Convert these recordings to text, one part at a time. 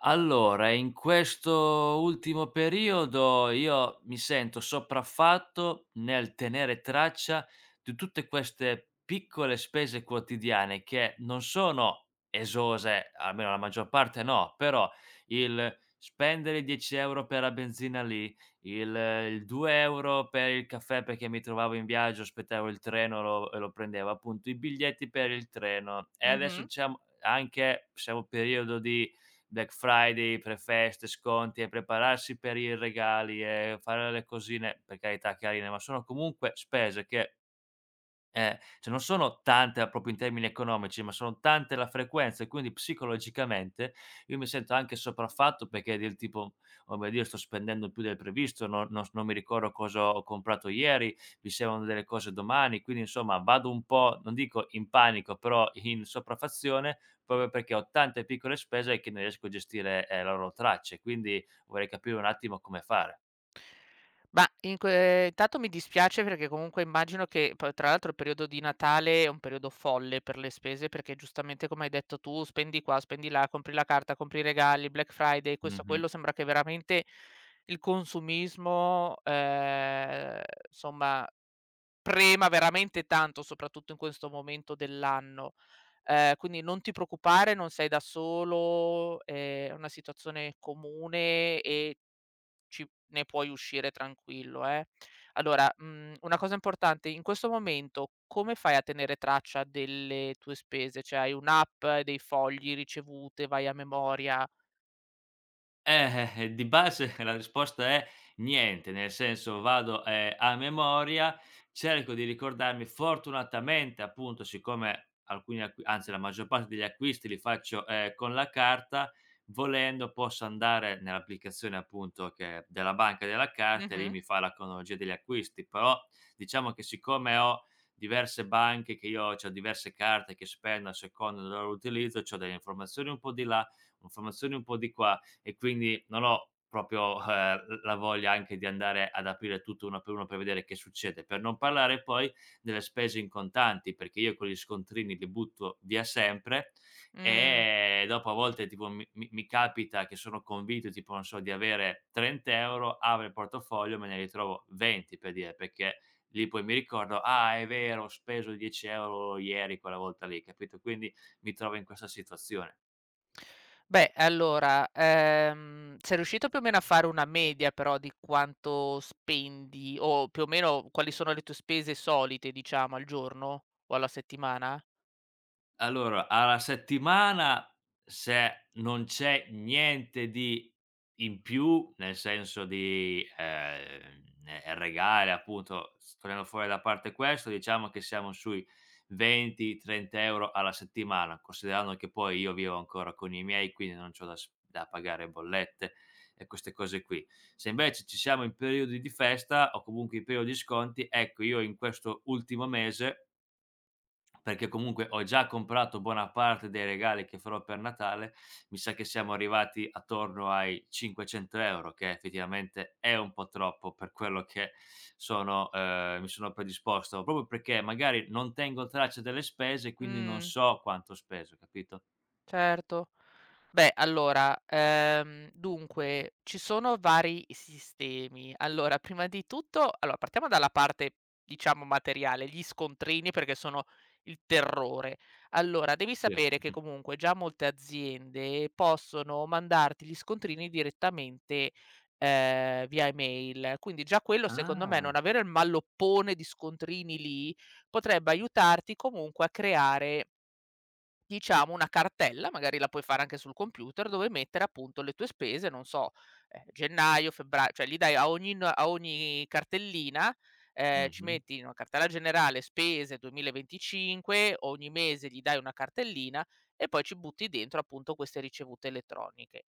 Allora, in questo ultimo periodo io mi sento sopraffatto nel tenere traccia di tutte queste piccole spese quotidiane che non sono esose, almeno la maggior parte no, però il spendere 10 € per la benzina lì, il 2 € per il caffè perché mi trovavo in viaggio, aspettavo il treno e lo prendevo, appunto i biglietti per il treno e adesso Mh-mh. c'è anche, siamo in periodo di Black Friday, pre-feste, sconti e prepararsi per i regali e fare le cosine, per carità, carine, ma sono comunque spese che cioè non sono tante a proprio in termini economici, ma sono tante la frequenza e quindi psicologicamente io mi sento anche sopraffatto perché del tipo: "Oh mio Dio, sto spendendo più del previsto, non mi ricordo cosa ho comprato ieri, mi servono delle cose domani", quindi insomma vado un po', non dico in panico, però in sopraffazione, proprio perché ho tante piccole spese che non riesco a gestire, la loro traccia e quindi vorrei capire un attimo come fare. Ma in que intanto mi dispiace perché comunque immagino che poi tra l'altro il periodo di Natale è un periodo folle per le spese, perché giustamente come hai detto tu, spendi qua, spendi là, compri la carta, compri i regali, Black Friday, questo, quello, Mh-mh. sembra che veramente il consumismo, somma prema veramente tanto, soprattutto in questo momento dell'anno. Quindi non ti preoccupare, non sei da solo, è una situazione comune e ci ne puoi uscire tranquillo, eh. Allora, una cosa importante: in questo momento come fai a tenere traccia delle tue spese? Cioè hai un'app, hai dei fogli, ricevute, vai a memoria? Di base la risposta è niente, nel senso vado, a memoria, cerco di ricordarmi fortunatamente appunto siccome alcuni acqui anzi la maggior parte degli acquisti li faccio, con la carta, volendo posso andare nell'applicazione appunto che della banca della carta e lì Mh-mh. mi fa la cronologia degli acquisti, però diciamo che siccome ho diverse banche che io c'ho diverse carte che spendo a seconda del loro utilizzo, c'ho delle informazioni un po' di là, informazioni un po' di qua, e quindi non ho proprio, la voglia anche di andare ad aprire tutto uno per vedere che succede. Per non parlare poi delle spese in contanti, perché io quegli scontrini li butto via sempre Mh. e dopo a volte tipo mi capita che sono convinto tipo, non so, di avere 30 €, apro il portafoglio, me ne ritrovo 20 per dire, perché lì poi mi ricordo: "Ah è vero, ho speso 10 € ieri quella volta lì", capito? Quindi mi trovo in questa situazione. Beh, allora, sei riuscito più o meno a fare una media però di quanto spendi o più o meno quali sono le tue spese solite, diciamo, al giorno o alla settimana? Allora, alla settimana se non c'è niente di in più, nel senso di, regali appunto, s togliendo fuori da parte questo, diciamo che siamo sui 20, 30 € alla settimana, considerando che poi io vivo ancora con i miei, quindi non c'ho da s da pagare bollette e queste cose qui. Se invece ci siamo in periodi di festa o comunque in periodo di sconti, ecco io in questo ultimo mese perché comunque ho già comprato buona parte dei regali che farò per Natale, mi sa che siamo arrivati attorno ai 500 € che effettivamente è un po' troppo per quello che sono mi sono predisposto, proprio perché magari non tengo traccia delle spese, quindi non Mh, so quanto ho speso, capito? certo. Beh, allora, dunque, ci sono vari sistemi. Allora, prima di tutto, allora, partiamo dalla parte, diciamo, materiale, gli scontrini, perché sono il terrore. Allora, devi Sì. sapere che comunque già molte aziende possono mandarti gli scontrini direttamente, via email. Quindi già quello, secondo me, Ah. non avere il malloppone di scontrini lì, potrebbe aiutarti comunque a creare diciamo una cartella, magari la puoi fare anche sul computer, dove mettere appunto le tue spese, non so, gennaio, febbra cioè gli dai a ogni n a ogni cartellina, ci Mh-mh. metti in una cartella generale spese 2025, ogni mese gli dai una cartellina e poi ci butti dentro appunto queste ricevute elettroniche.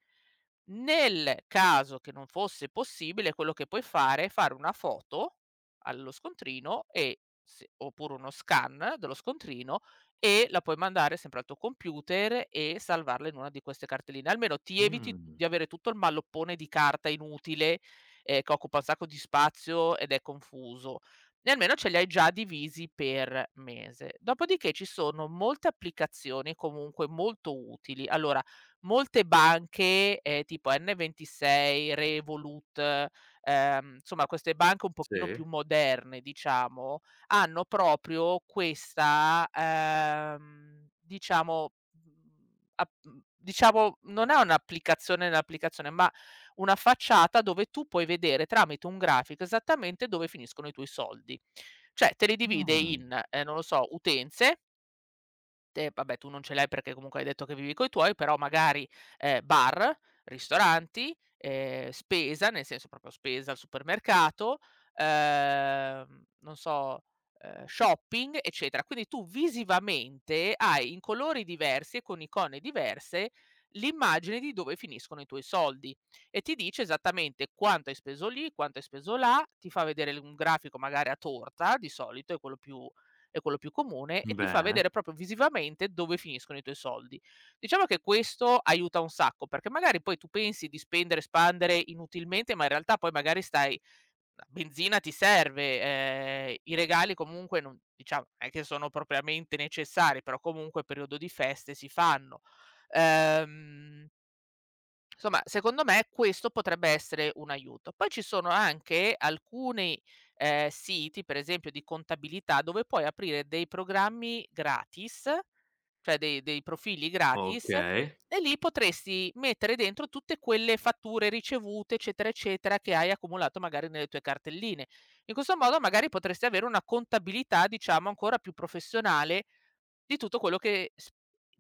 Nel caso che non fosse possibile, quello che puoi fare è fare una foto allo scontrino e se oppure uno scan dello scontrino e la puoi mandare sempre al tuo computer e salvarla in una di queste cartelline. Almeno ti eviti Mh. di avere tutto il malloppone di carta inutile, che occupa un sacco di spazio ed è confuso, e almeno ce li hai già divisi per mese. Dopodiché ci sono molte applicazioni comunque molto utili. Allora, molte banche, tipo N26, Revolut, insomma queste banche un pochino Sì. più moderne diciamo, hanno proprio questa, diciamo, diciamo non è un'applicazione nell'applicazione, ma una facciata dove tu puoi vedere tramite un grafico esattamente dove finiscono i tuoi soldi. Cioè te li divide Mh. in, non lo so, utenze. Te vabbè, tu non ce l'hai perché comunque hai detto che vivi coi tuoi, però magari, bar, ristoranti, spesa, nel senso proprio spesa al supermercato, non so, shopping, eccetera. Quindi tu visivamente hai in colori diversi e con icone diverse l'immagine di dove finiscono i tuoi soldi e ti dice esattamente quanto hai speso lì, quanto hai speso là, ti fa vedere l un grafico magari a torta di solito, è quello più comune, e ti fa Bene, vedere proprio visivamente dove finiscono i tuoi soldi. Diciamo che questo aiuta un sacco, perché magari poi tu pensi di spendere, spandere inutilmente, ma in realtà poi magari stai la benzina ti serve, i regali comunque non diciamo, non è che sono propriamente necessari, però comunque periodo di feste si fanno. Ehm Insomma, secondo me questo potrebbe essere un aiuto. Poi ci sono anche alcuni, siti, per esempio di contabilità, dove puoi aprire dei programmi gratis, cioè dei profili gratis, okay. e lì potresti mettere dentro tutte quelle fatture ricevute, eccetera, eccetera, che hai accumulato magari nelle tue cartelline. In questo modo magari potresti avere una contabilità, diciamo, ancora più professionale di tutto quello che s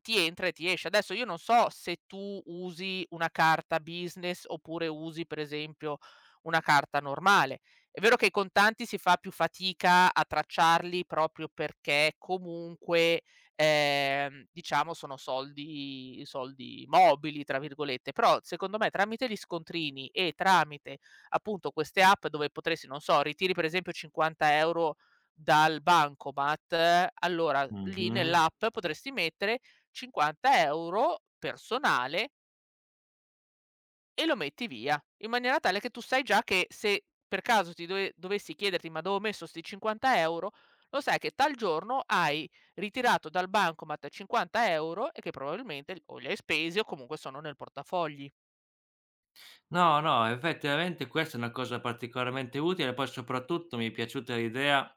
ti entra e ti esce. Adesso io non so se tu usi una carta business oppure usi per esempio una carta normale. È vero che i contanti si fa più fatica a tracciarli proprio perché comunque, diciamo sono soldi "mobili" tra virgolette, però secondo me tramite gli scontrini e tramite appunto queste app dove potresti, non so, ritiri per esempio 50 € dal bancomat, allora lì Mh-mh. nell'app potresti mettere 50 € personale e lo metti via, in maniera tale che tu sai già che se per caso ti dove dovessi chiederti: "Ma dove ho messo sti 50 €", lo sai che tal giorno hai ritirato dal bancomat 50 € e che probabilmente o li hai spesi o comunque sono nel portafogli. No, no, effettivamente questa è una cosa particolarmente utile, poi soprattutto mi è piaciuta l'idea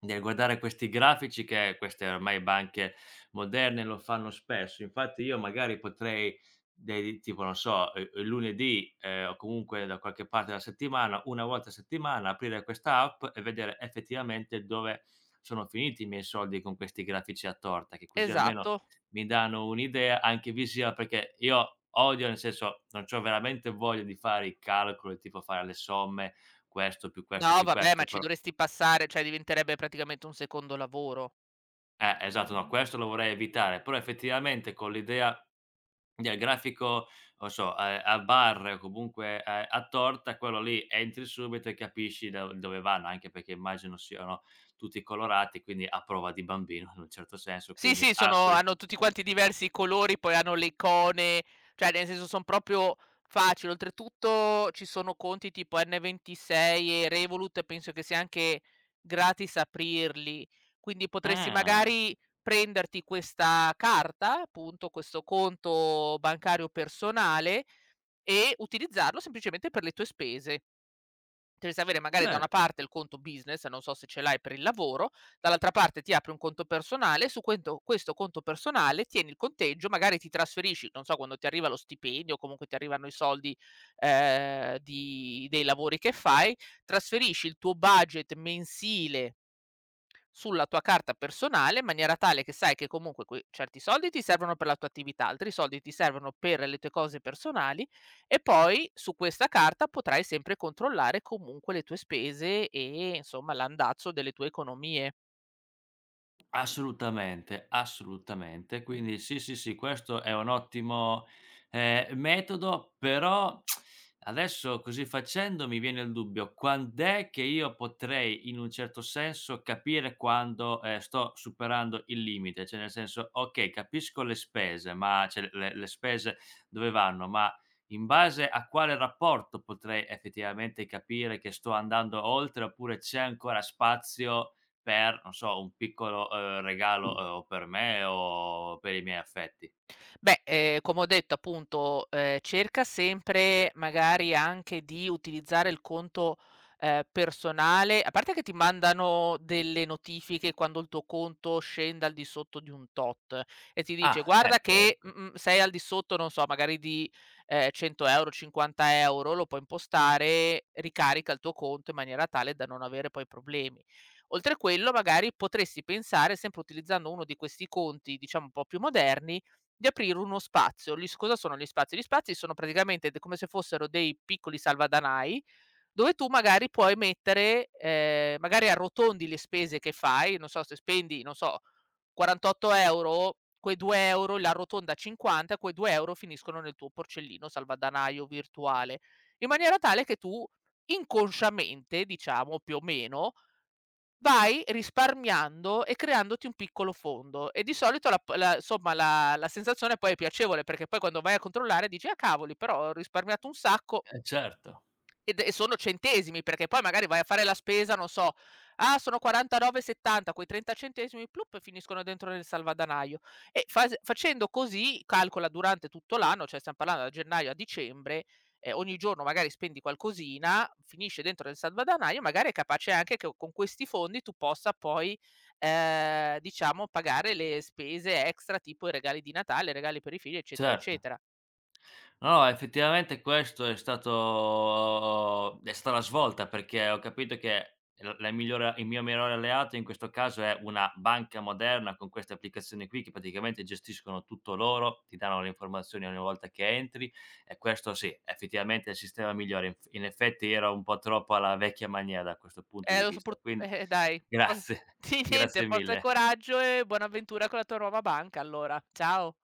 nel guardare questi grafici che queste ormai banche moderne lo fanno spesso. Infatti io magari potrei dei tipo non so, il lunedì, o comunque da qualche parte della settimana, 1 volta a settimana aprire questa app e vedere effettivamente dove sono finiti i miei soldi con questi grafici a torta, che così almeno Esatto. mi danno un'idea anche visiva, perché io odio, nel senso, non c'ho veramente voglia di fare i calcoli, tipo fare le somme, questo più questo No più vabbè, ma questo, ci però. dovresti passare, cioè diventerebbe praticamente un secondo lavoro. Esatto, no, questo lo vorrei evitare, però effettivamente con l'idea del grafico, non so, a barre o comunque, a torta, quello lì entri subito e capisci do dove vanno, anche perché immagino siano tutti colorati, quindi a prova di bambino in un certo senso, Sì, quindi sì, sono hanno assolutame tutti quanti diversi colori, poi hanno le icone, cioè nel senso son proprio facili. Oltretutto ci sono conti tipo N26 e Revolut, e penso che sia anche gratis aprirli. Quindi potresti ah, magari prenderti questa carta, appunto questo conto bancario personale e utilizzarlo semplicemente per le tue spese. Devi avere magari da una cer parte il conto business, non so se ce l'hai per il lavoro, dall'altra parte ti apri un conto personale, su quento questo conto personale tieni il conteggio, magari ti trasferisci, non so, quando ti arriva lo stipendio, o comunque ti arrivano i soldi, di dei lavori che fai, trasferisci il tuo budget mensile sulla tua carta personale in maniera tale che sai che comunque que certi soldi ti servono per la tua attività, altri soldi ti servono per le tue cose personali e poi su questa carta potrai sempre controllare comunque le tue spese e insomma l'andazzo delle tue economie. Assolutamente, assolutamente. Quindi sì, sì, sì, questo è un ottimo, metodo, però adesso così facendo mi viene il dubbio: quand'è che io potrei, in un certo senso, capire quando, sto superando il limite? Cioè nel senso: okay, capisco le spese, ma cioè le spese dove vanno, ma in base a quale rapporto potrei effettivamente capire che sto andando oltre, oppure c'è ancora spazio per, non so, un piccolo, regalo, o per me o per i miei affetti. Beh, come ho detto appunto, cerca sempre magari anche di utilizzare il conto, personale a parte che ti mandano delle notifiche quando il tuo conto scende al di sotto di un tot e ti dice: Ah, "Guarda ecco, che, ecco. mh-mh, sei al di sotto", non so, magari di, 100 €, 50 €, lo puoi impostare, ricarica il tuo conto in maniera tale da non avere poi problemi. Oltre a quello, magari potresti pensare, sempre utilizzando uno di questi conti, diciamo un po' più moderni, di aprire uno spazio. Gli s cosa sono gli spazi? Gli spazi sono praticamente d come se fossero dei piccoli salvadanai, dove tu magari puoi mettere magari arrotondi le spese che fai, non so, se spendi, non so, 48 €, quei 2 € li arrotondi a 50, quei 2 € finiscono nel tuo porcellino salvadanaio virtuale, in maniera tale che tu inconsciamente, diciamo più o meno, vai risparmiando e creandoti un piccolo fondo e di solito la somma la la sensazione poi è piacevole, perché poi quando vai a controllare dici: "Ah cavoli, però ho risparmiato un sacco, Eh certo, ed e sono centesimi", perché poi magari vai a fare la spesa, non so: "Ah, sono 49,70", quei 30 centesimi plup finiscono dentro nel salvadanaio. E fas facendo così, calcola durante tutto l'anno, cioè stiam parlando da gennaio a dicembre, ogni giorno magari spendi qualcosina, finisce dentro nel salvadanaio, magari è capace anche che con questi fondi tu possa poi, diciamo pagare le spese extra, tipo i regali di Natale, i regali per i figli, eccetera, certo. eccetera. No, no, effettivamente questo è stato è stata la svolta perché ho capito che l la migliore il mio migliore alleato in questo caso è una banca moderna con queste applicazioni qui che praticamente gestiscono tutto loro, ti danno le informazioni ogni volta che entri e questo sì, effettivamente è il sistema migliore. In effetti era un po' troppo alla vecchia maniera da questo punto di Lo so pur vista, quindi. Dai. For Grazie, Sì niente, grazie forza e mille. coraggio e buona avventura con la tua nuova banca allora. Ciao.